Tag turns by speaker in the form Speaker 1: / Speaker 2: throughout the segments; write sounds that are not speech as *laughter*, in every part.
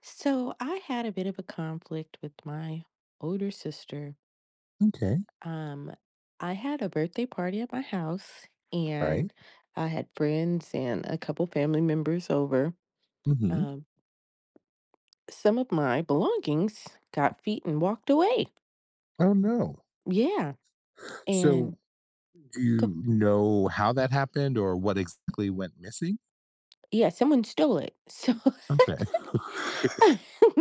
Speaker 1: So I had a bit of a conflict with my older sister.
Speaker 2: Okay.
Speaker 1: Um, I had a birthday party at my house
Speaker 2: Right.
Speaker 1: and I had friends and a couple family members over.
Speaker 2: Hmm.
Speaker 1: Um, some of my belongings got feet and walked away.
Speaker 2: Oh no.
Speaker 1: Yeah. And
Speaker 2: So do
Speaker 1: co-
Speaker 2: you know how that happened or what exactly went missing?
Speaker 1: yeah, someone stole it. So
Speaker 2: Okay.
Speaker 1: *laughs*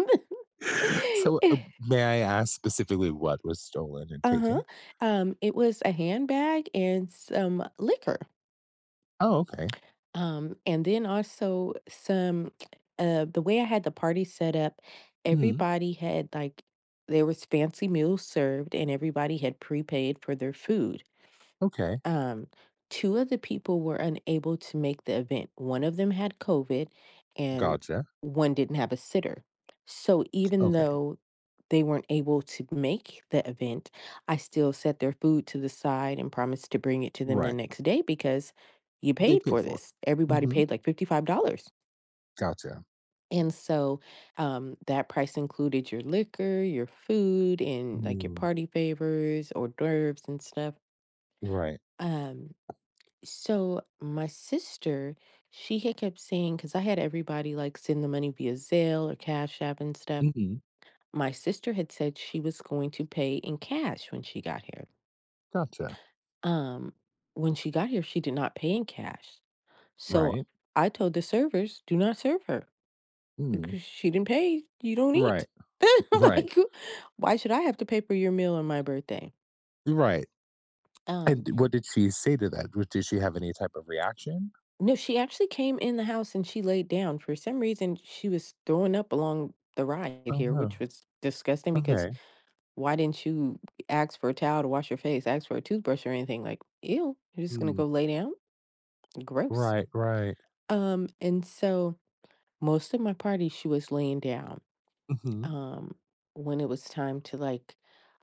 Speaker 2: *laughs* So may I ask specifically what was stolen and
Speaker 1: uh-huh.
Speaker 2: taken?
Speaker 1: It was a handbag and some liquor.
Speaker 2: Oh, okay.
Speaker 1: And then also some the way I had the party set up,
Speaker 2: Mm,
Speaker 1: everybody had there was fancy meals served and everybody had prepaid for their food.
Speaker 2: okay.
Speaker 1: um, Two of the people were unable to make the event. One of them had COVID and
Speaker 2: Gotcha.
Speaker 1: one didn't have a sitter. So even
Speaker 2: Okay.
Speaker 1: though they weren't able to make the event, I still set their food to the side and promised to bring it to them the
Speaker 2: Right.
Speaker 1: next day because you
Speaker 2: They
Speaker 1: paid for
Speaker 2: paid for
Speaker 1: this.
Speaker 2: it.
Speaker 1: Everybody
Speaker 2: Hmm.
Speaker 1: paid like $55.
Speaker 2: Gotcha.
Speaker 1: And so that price included your liquor, your food, and like your
Speaker 2: Mm,
Speaker 1: party favors, hors d'oeuvres, and stuff.
Speaker 2: right.
Speaker 1: Um, so my sister, she had kept saying, because I had everybody like send the money via Zelle or Cash App and stuff.
Speaker 2: Hmm.
Speaker 1: My sister had said she was going to pay in cash when she got here.
Speaker 2: Gotcha.
Speaker 1: Um, when she got here, she did not pay in cash. So
Speaker 2: Right.
Speaker 1: I told the servers, do not serve her
Speaker 2: Mm,
Speaker 1: because she didn't pay. You don't eat.
Speaker 2: right.
Speaker 1: *laughs*
Speaker 2: Right.
Speaker 1: Like, why should I have to pay for your meal on my birthday?
Speaker 2: Right.
Speaker 1: Um,
Speaker 2: And what did she say to that? Did she have any type of reaction?
Speaker 1: No, she actually came in the house and she laid down. For some reason, she was throwing up along the ride
Speaker 2: Oh
Speaker 1: here,
Speaker 2: no.
Speaker 1: which was disgusting because
Speaker 2: Okay.
Speaker 1: why didn't you ask for a towel to wash your face, ask for a toothbrush or anything? Like, ew, you're just gonna
Speaker 2: Mm.
Speaker 1: go lay down? Gross.
Speaker 2: Right, right.
Speaker 1: And so most of my party, she was laying down.
Speaker 2: Mhm,
Speaker 1: Um, when it was time to like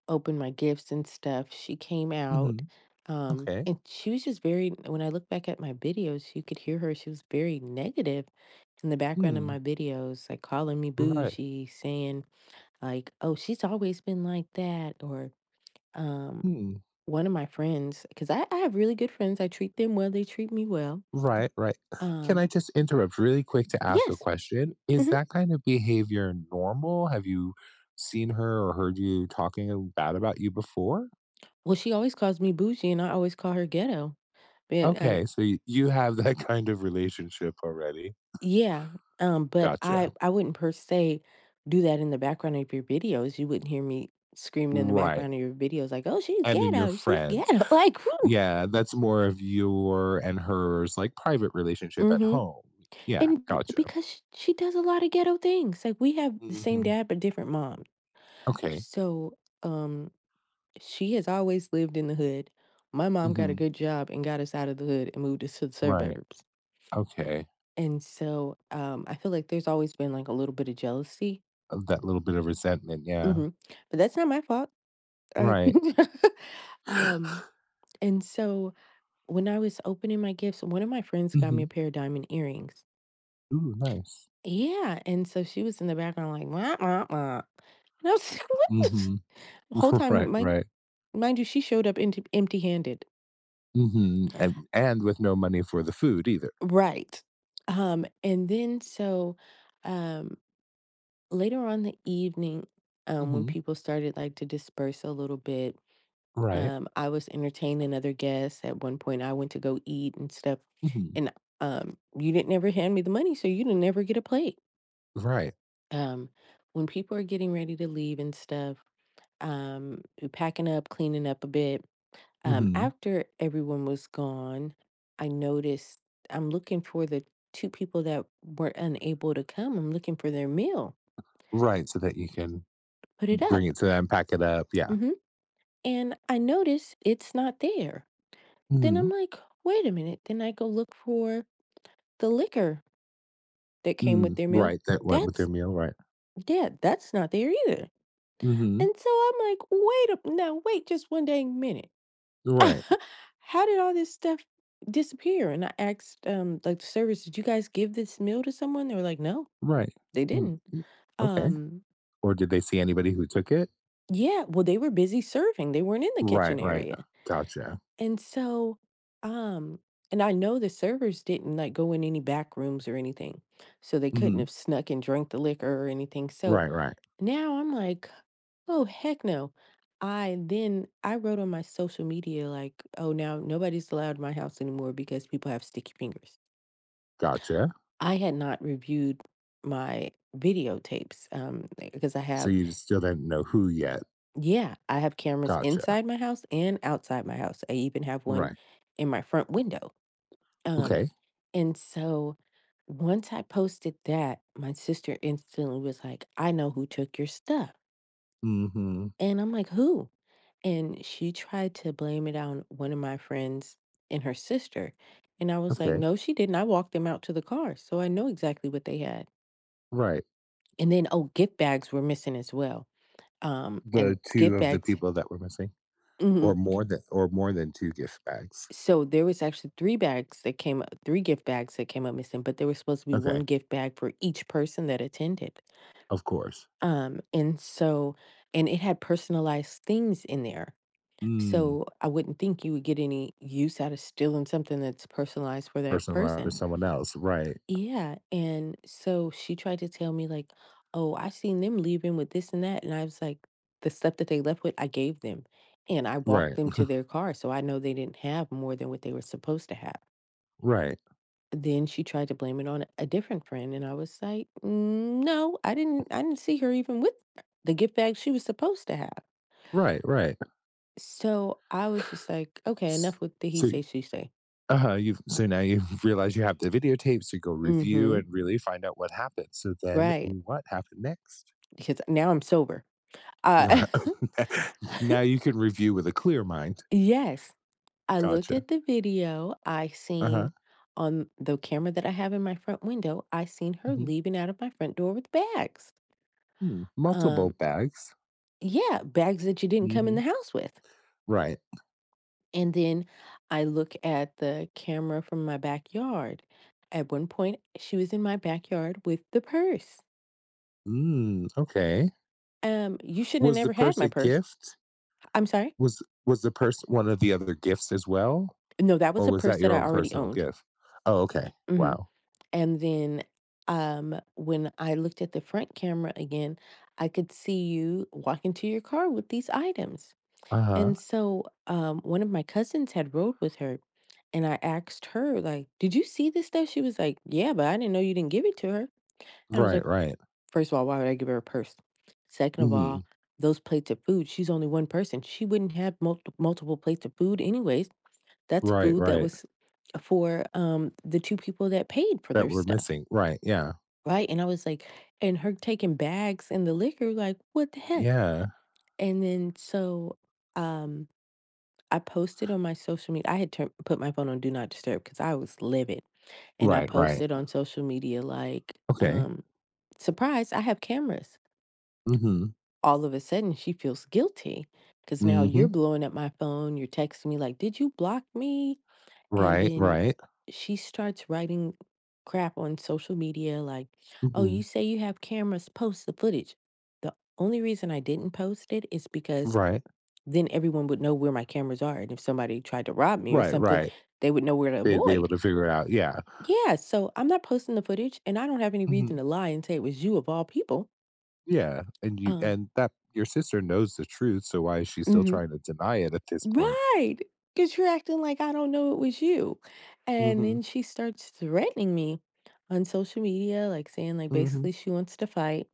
Speaker 1: open my gifts and stuff, she came out.
Speaker 2: mhm. Okay.
Speaker 1: And she was just very, when I look back at my videos, you could hear her. She was very negative in the background of
Speaker 2: Hmm.
Speaker 1: my videos, like calling me
Speaker 2: Right.
Speaker 1: bougie, saying like, "Oh, she's always been like that," or um,
Speaker 2: Hmm.
Speaker 1: one of my friends, because I have really good friends. I treat them well. They treat me well.
Speaker 2: Right, right. Can
Speaker 1: Um,
Speaker 2: I just interrupt really quick to ask a
Speaker 1: yes.
Speaker 2: question? Is
Speaker 1: Hmm.
Speaker 2: that kind of behavior normal? Have you seen her or heard you talking bad about you before?
Speaker 1: Well, she always calls me bougie, and I always call her ghetto. But and
Speaker 2: Okay, so y you have that *laughs* kind of relationship already.
Speaker 1: Yeah, but
Speaker 2: Gotcha.
Speaker 1: I wouldn't per se do that in the background of your videos. You wouldn't hear me screaming in the
Speaker 2: Right,
Speaker 1: background of your videos like, "Oh, she's
Speaker 2: and in your
Speaker 1: ghetto. She's
Speaker 2: friends.
Speaker 1: ghetto." *laughs* Like,
Speaker 2: Yeah, that's more of your and hers, like, private relationship at
Speaker 1: mm-hmm.
Speaker 2: home. Yeah,
Speaker 1: And b
Speaker 2: gotcha.
Speaker 1: because sh she does a lot of ghetto things, like, we have the same
Speaker 2: Mhm.
Speaker 1: dad, but different mom.
Speaker 2: Okay.
Speaker 1: So, um, she has always lived in the hood. My mom got a
Speaker 2: Mhm.
Speaker 1: good job and got us out of the hood and moved us to the
Speaker 2: Right.
Speaker 1: suburbs.
Speaker 2: Okay.
Speaker 1: And so, I feel like there's always been, like, a little bit of jealousy.
Speaker 2: That little bit of resentment, yeah.
Speaker 1: Mhm. But that's not my fault. I
Speaker 2: Right.
Speaker 1: *laughs* Um, and so when I was opening my gifts, one of my friends got me a
Speaker 2: Mhm.
Speaker 1: pair of diamond earrings.
Speaker 2: Ooh, nice.
Speaker 1: Yeah, and so she was in the background like, "Wah, wah, wah." And I was *laughs* like, "What
Speaker 2: Mhm.
Speaker 1: the" whole
Speaker 2: *laughs*
Speaker 1: time,
Speaker 2: Right,
Speaker 1: mind
Speaker 2: right.
Speaker 1: mind you, she showed up empty-handed.
Speaker 2: Mhm. And with no money for the food either.
Speaker 1: Right. And then so, um, later on the evening, when
Speaker 2: Mhm.
Speaker 1: people started, like, to disperse a little bit,
Speaker 2: Right.
Speaker 1: I was entertaining other guests. At one point, I went to go eat and stuff,
Speaker 2: Mhm.
Speaker 1: and, you didn't ever hand me the money, so you didn't ever get a plate.
Speaker 2: Right.
Speaker 1: Um, when people are getting ready to leave and stuff um, packing up, cleaning up a bit.
Speaker 2: Mhm.
Speaker 1: After everyone was gone, I noticed I'm looking for the two people that were unable to come. I'm looking for their meal.
Speaker 2: Right, so that you can
Speaker 1: Put it
Speaker 2: bring
Speaker 1: up.
Speaker 2: it to them, pack it up, yeah.
Speaker 1: Hmm. And I notice it's not there. Then I'm
Speaker 2: Mhm.
Speaker 1: like, wait a minute. Then I go look for the liquor that came with
Speaker 2: Mm,
Speaker 1: their meal.
Speaker 2: right, that went with their
Speaker 1: That's,
Speaker 2: meal, right.
Speaker 1: yeah, that's not there either.
Speaker 2: Mhm.
Speaker 1: And so I'm like, wait a, now wait just one dang minute. *laughs*
Speaker 2: Right,
Speaker 1: How did all this stuff disappear? And I asked, like, the service, "Did you guys give this meal to someone?" They were like, "No,
Speaker 2: right.
Speaker 1: they
Speaker 2: Mm,
Speaker 1: didn't."
Speaker 2: mm, okay.
Speaker 1: Um,
Speaker 2: Or did they see anybody who took it?
Speaker 1: yeah, well, they were busy serving. They weren't in the
Speaker 2: Right,
Speaker 1: kitchen
Speaker 2: right.
Speaker 1: area.
Speaker 2: Gotcha.
Speaker 1: And so, um, and I know the servers didn't like go in any back rooms or anything. So they couldn't
Speaker 2: Mhm.
Speaker 1: have snuck and drank the liquor or anything. So
Speaker 2: Right, right.
Speaker 1: now I'm like, oh, heck no. I Then I wrote on my social media like, "Oh, now nobody's allowed in my house anymore because people have sticky fingers."
Speaker 2: Gotcha.
Speaker 1: I had not reviewed my videotapes, because I
Speaker 2: So
Speaker 1: have
Speaker 2: you just still didn't know who yet.
Speaker 1: yeah, I have cameras
Speaker 2: Gotcha.
Speaker 1: inside my house and outside my house. I even have one
Speaker 2: Right.
Speaker 1: in my front window. Um,
Speaker 2: Okay.
Speaker 1: and so once I posted that, my sister instantly was like, "I know who took your stuff."
Speaker 2: Mhm.
Speaker 1: And I'm like, "Who?" And she tried to blame it on one of my friends and her sister, and I was like,
Speaker 2: Okay.
Speaker 1: "No, she didn't. I walked them out to the car, so I know exactly what they had."
Speaker 2: Right.
Speaker 1: And then, oh, gift bags were missing as well, and the
Speaker 2: The two
Speaker 1: gift
Speaker 2: of the
Speaker 1: bags
Speaker 2: people that were missing or
Speaker 1: mhm.
Speaker 2: more than or more than two gift bags.
Speaker 1: So, there was actually 3 bags that came up- 3 gift bags that came up missing, but there was supposed to be 1
Speaker 2: Okay.
Speaker 1: gift bag for each person that attended.
Speaker 2: Of course.
Speaker 1: And so and it had personalized things in there.
Speaker 2: Mm.
Speaker 1: So I wouldn't think you would get any use out of stealing something that's personalized for that
Speaker 2: Personalized or
Speaker 1: person.
Speaker 2: someone else. Right.
Speaker 1: Yeah. And so she tried to tell me, like, oh, I seen them leaving with this and that. And I was like, the stuff that they left with, I gave them and I walked
Speaker 2: Right.
Speaker 1: them to their car. So I know they didn't have more than what they were supposed to have.
Speaker 2: Right.
Speaker 1: Then she tried to blame it on a different friend. And I was like, "Mm, no, I didn't see her even with the gift bag she was supposed to have.
Speaker 2: Right. Right.
Speaker 1: So I was just like, okay, enough
Speaker 2: S-
Speaker 1: with the he
Speaker 2: So,
Speaker 1: say, she say.
Speaker 2: uh-huh, you so now you *laughs* realize you have the videotapes to go review
Speaker 1: Mhm.
Speaker 2: and really find out what happened. So then
Speaker 1: Right,
Speaker 2: what happened next?
Speaker 1: because now I'm sober. Uh,
Speaker 2: Right.
Speaker 1: *laughs*
Speaker 2: *laughs* Now you can review with a clear mind.
Speaker 1: yes, I looked
Speaker 2: Gotcha.
Speaker 1: at the video, I
Speaker 2: Uh-huh.
Speaker 1: seen on the camera that I have in my front window, I seen her
Speaker 2: Mhm.
Speaker 1: leaving out of my front door with bags.
Speaker 2: Mm, multiple
Speaker 1: Um,
Speaker 2: bags?
Speaker 1: yeah, bags that you didn't come in the
Speaker 2: Mhm.
Speaker 1: house with,
Speaker 2: Right.
Speaker 1: and then I look at the camera from my backyard. At one point, she was in my backyard with the purse.
Speaker 2: Mm, okay.
Speaker 1: You shouldn't have
Speaker 2: Was the
Speaker 1: never had
Speaker 2: purse
Speaker 1: my
Speaker 2: a
Speaker 1: purse.
Speaker 2: gift?
Speaker 1: I'm sorry?
Speaker 2: Was the purse one of the other gifts as well?
Speaker 1: No, that was
Speaker 2: Or
Speaker 1: a
Speaker 2: was
Speaker 1: purse
Speaker 2: that
Speaker 1: that
Speaker 2: your
Speaker 1: I
Speaker 2: own
Speaker 1: already
Speaker 2: personal
Speaker 1: owned.
Speaker 2: gift? Oh, okay.
Speaker 1: Mhm.
Speaker 2: Wow.
Speaker 1: And then, when I looked at the front camera again, I could see you walk into your car with these items.
Speaker 2: Uh-huh.
Speaker 1: And so, one of my cousins had rode with her, and I asked her, like, "Did you see this stuff?" She was like, "Yeah, but I didn't know you didn't give it to her." And I was
Speaker 2: Right,
Speaker 1: like,
Speaker 2: right.
Speaker 1: first of all, why would I give her a purse? Second of all,
Speaker 2: Mhm.
Speaker 1: those plates of food, she's only one person. She wouldn't have multiple plates of food anyways. That's
Speaker 2: Right,
Speaker 1: food that
Speaker 2: right.
Speaker 1: was for the two people that paid for
Speaker 2: That
Speaker 1: their
Speaker 2: we're
Speaker 1: stuff.
Speaker 2: missing. Right, yeah.
Speaker 1: Right, and I was like and her taking bags and the liquor, like, "What the heck?"
Speaker 2: Yeah.
Speaker 1: And then so, um, I posted on my social media I had turned put my phone on Do Not Disturb because I was livid, and I
Speaker 2: Right, right.
Speaker 1: posted on social media like,
Speaker 2: Okay.
Speaker 1: "Surprise, I have cameras."
Speaker 2: Mhm.
Speaker 1: All of a sudden, she feels guilty because now you're
Speaker 2: Mhm.
Speaker 1: blowing up my phone, you're texting me like, "Did you block me? And
Speaker 2: Right,
Speaker 1: then
Speaker 2: right.
Speaker 1: she starts writing crap on social media like, "Oh, you
Speaker 2: Mhm.
Speaker 1: say you have cameras, post the footage." The only reason I didn't post it is because
Speaker 2: Right.
Speaker 1: then everyone would know where my cameras are, and if somebody tried to rob me or
Speaker 2: Right,
Speaker 1: something,
Speaker 2: right.
Speaker 1: they would know where to
Speaker 2: They'd be able
Speaker 1: avoid.
Speaker 2: to figure it out, yeah.
Speaker 1: Yeah, so I'm not posting the footage, and I don't have any reason
Speaker 2: Mhm.
Speaker 1: to lie and say it was you of all people.
Speaker 2: Yeah, and you
Speaker 1: Um
Speaker 2: and that your sister knows the truth, so why is she still
Speaker 1: mhm.
Speaker 2: trying to deny it at this point?
Speaker 1: Right, because 'cause you're acting like I don't know it was you, and
Speaker 2: Mhm.
Speaker 1: then she starts threatening me on social media, like, saying, like,
Speaker 2: Mhm.
Speaker 1: basically she wants to fight,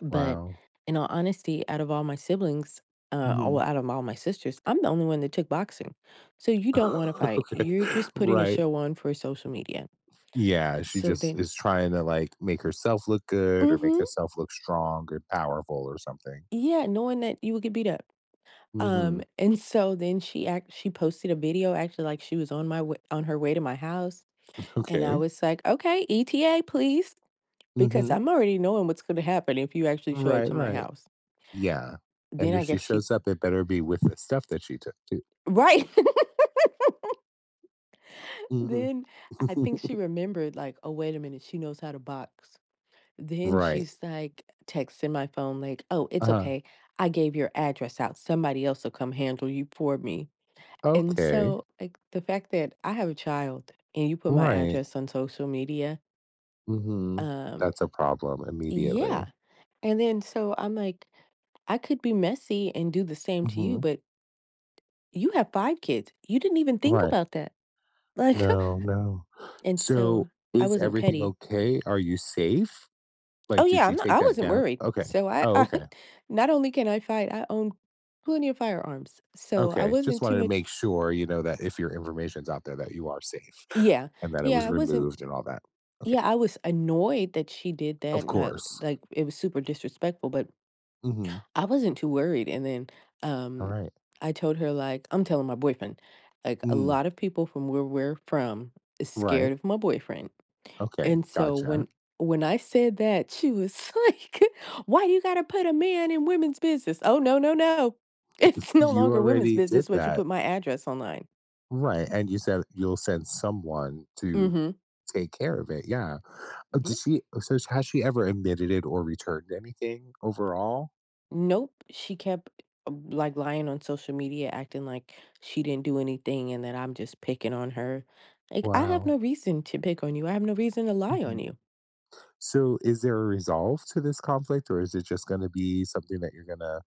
Speaker 1: but
Speaker 2: Wow.
Speaker 1: in all honesty,
Speaker 2: Mhm.
Speaker 1: out of all my sisters, I'm the only one that took boxing, so you don't wanna
Speaker 2: *laughs*
Speaker 1: fight,
Speaker 2: Okay.
Speaker 1: you're just putting a
Speaker 2: Right.
Speaker 1: show on for social media.
Speaker 2: Yeah, she
Speaker 1: So
Speaker 2: just
Speaker 1: then
Speaker 2: is trying to, like, make herself look good or make
Speaker 1: mhm,
Speaker 2: herself look strong or powerful or something.
Speaker 1: yeah, knowing that you would get beat up.
Speaker 2: Mhm.
Speaker 1: And so then she posted a video actually like she was on my way on her way to my house. And I
Speaker 2: Okay.
Speaker 1: was like, "Okay, ETA, please," because
Speaker 2: Mhm.
Speaker 1: I'm already knowing what's gonna happen if you actually show up
Speaker 2: Right,
Speaker 1: to my
Speaker 2: right.
Speaker 1: house.
Speaker 2: Yeah, and
Speaker 1: Then I
Speaker 2: if she
Speaker 1: guess she
Speaker 2: shows up, it better be with the stuff that she took too.
Speaker 1: right. *laughs*
Speaker 2: Mhm.
Speaker 1: Then I think she
Speaker 2: *laughs*
Speaker 1: remembered like, "Oh, wait a minute, she knows how to box." Then
Speaker 2: Right.
Speaker 1: she's like texting my phone like, "Oh, it's
Speaker 2: Uh-huh.
Speaker 1: okay. I gave your address out. Somebody else will come handle you for me." And
Speaker 2: Okay.
Speaker 1: so, like, the fact that I have a child and you put my
Speaker 2: Right.
Speaker 1: address on social media,
Speaker 2: Mhm.
Speaker 1: um,
Speaker 2: That's a problem
Speaker 1: yeah.
Speaker 2: immediately.
Speaker 1: And then so I'm like I could be messy and do the same to you,
Speaker 2: Mhm.
Speaker 1: but you have 5 kids. You didn't even think
Speaker 2: Right.
Speaker 1: about that. Like,
Speaker 2: No, no.
Speaker 1: *laughs* and so
Speaker 2: So,
Speaker 1: I
Speaker 2: is
Speaker 1: wasn't
Speaker 2: everything
Speaker 1: petty.
Speaker 2: okay? Are you safe?
Speaker 1: Oh,
Speaker 2: Like,
Speaker 1: yeah,
Speaker 2: did you take
Speaker 1: I
Speaker 2: that
Speaker 1: wasn't
Speaker 2: down?
Speaker 1: worried.
Speaker 2: Okay.
Speaker 1: So I
Speaker 2: Oh,
Speaker 1: I
Speaker 2: okay.
Speaker 1: *laughs* not only can I fight, I own plenty of firearms. So I
Speaker 2: Okay. Just
Speaker 1: wasn't too
Speaker 2: wanted to
Speaker 1: much.
Speaker 2: make sure, you know, that if your information's out there that you are safe *laughs*
Speaker 1: Yeah.
Speaker 2: and that it
Speaker 1: Yeah,
Speaker 2: was
Speaker 1: I wasn't.
Speaker 2: removed and all that.
Speaker 1: Yeah,
Speaker 2: Okay.
Speaker 1: I was annoyed that she did that,
Speaker 2: Of
Speaker 1: and I
Speaker 2: course.
Speaker 1: like, it was super disrespectful, but
Speaker 2: Mhm.
Speaker 1: I wasn't too worried, and then,
Speaker 2: All
Speaker 1: um,
Speaker 2: right.
Speaker 1: I told her, like I'm telling my boyfriend, like, "A
Speaker 2: Mm.
Speaker 1: lot of people from where we're from is scared
Speaker 2: Right.
Speaker 1: of my boyfriend,"
Speaker 2: Okay.
Speaker 1: and so
Speaker 2: Gotcha.
Speaker 1: when I said that, she was *laughs* like, "Why do you gotta put a man in women's business?" Oh, no, no, no. *laughs* It's no
Speaker 2: You
Speaker 1: longer women's
Speaker 2: already did
Speaker 1: business once you
Speaker 2: that.
Speaker 1: put my address online.
Speaker 2: Right, and you said you'll send someone to
Speaker 1: Mhm.
Speaker 2: take care of it, yeah.
Speaker 1: Yeah.
Speaker 2: Did she so s has she ever admitted it or returned anything overall?
Speaker 1: Nope, she kept, like, lying on social media, acting like she didn't do anything and that I'm just picking on her. Like, I have no
Speaker 2: Wow.
Speaker 1: reason to pick on you, I have no reason to lie on
Speaker 2: Mhm.
Speaker 1: you.
Speaker 2: So, is there a resolve to this conflict, or is it just gonna be something that you're gonna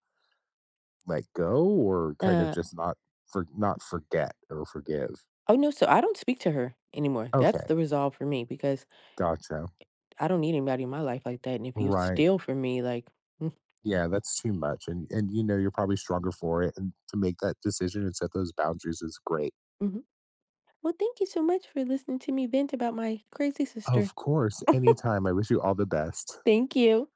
Speaker 2: let go or kind of
Speaker 1: Uh,
Speaker 2: just not forget or forgive?
Speaker 1: oh, no, so I don't speak to her anymore, that's
Speaker 2: Okay,
Speaker 1: the resolve for me because
Speaker 2: gotcha.
Speaker 1: I don't need anybody in my life like that, and if you
Speaker 2: Right.
Speaker 1: steal from me, like, mm.
Speaker 2: Yeah, that's too much, and, you know, you're probably stronger for it, and to make that decision and set those boundaries is great.
Speaker 1: Mhm. Well, thank you so much for listening to me vent about my crazy sister.
Speaker 2: Of course,
Speaker 1: *laughs*
Speaker 2: anytime. I wish you all the best.
Speaker 1: Thank you.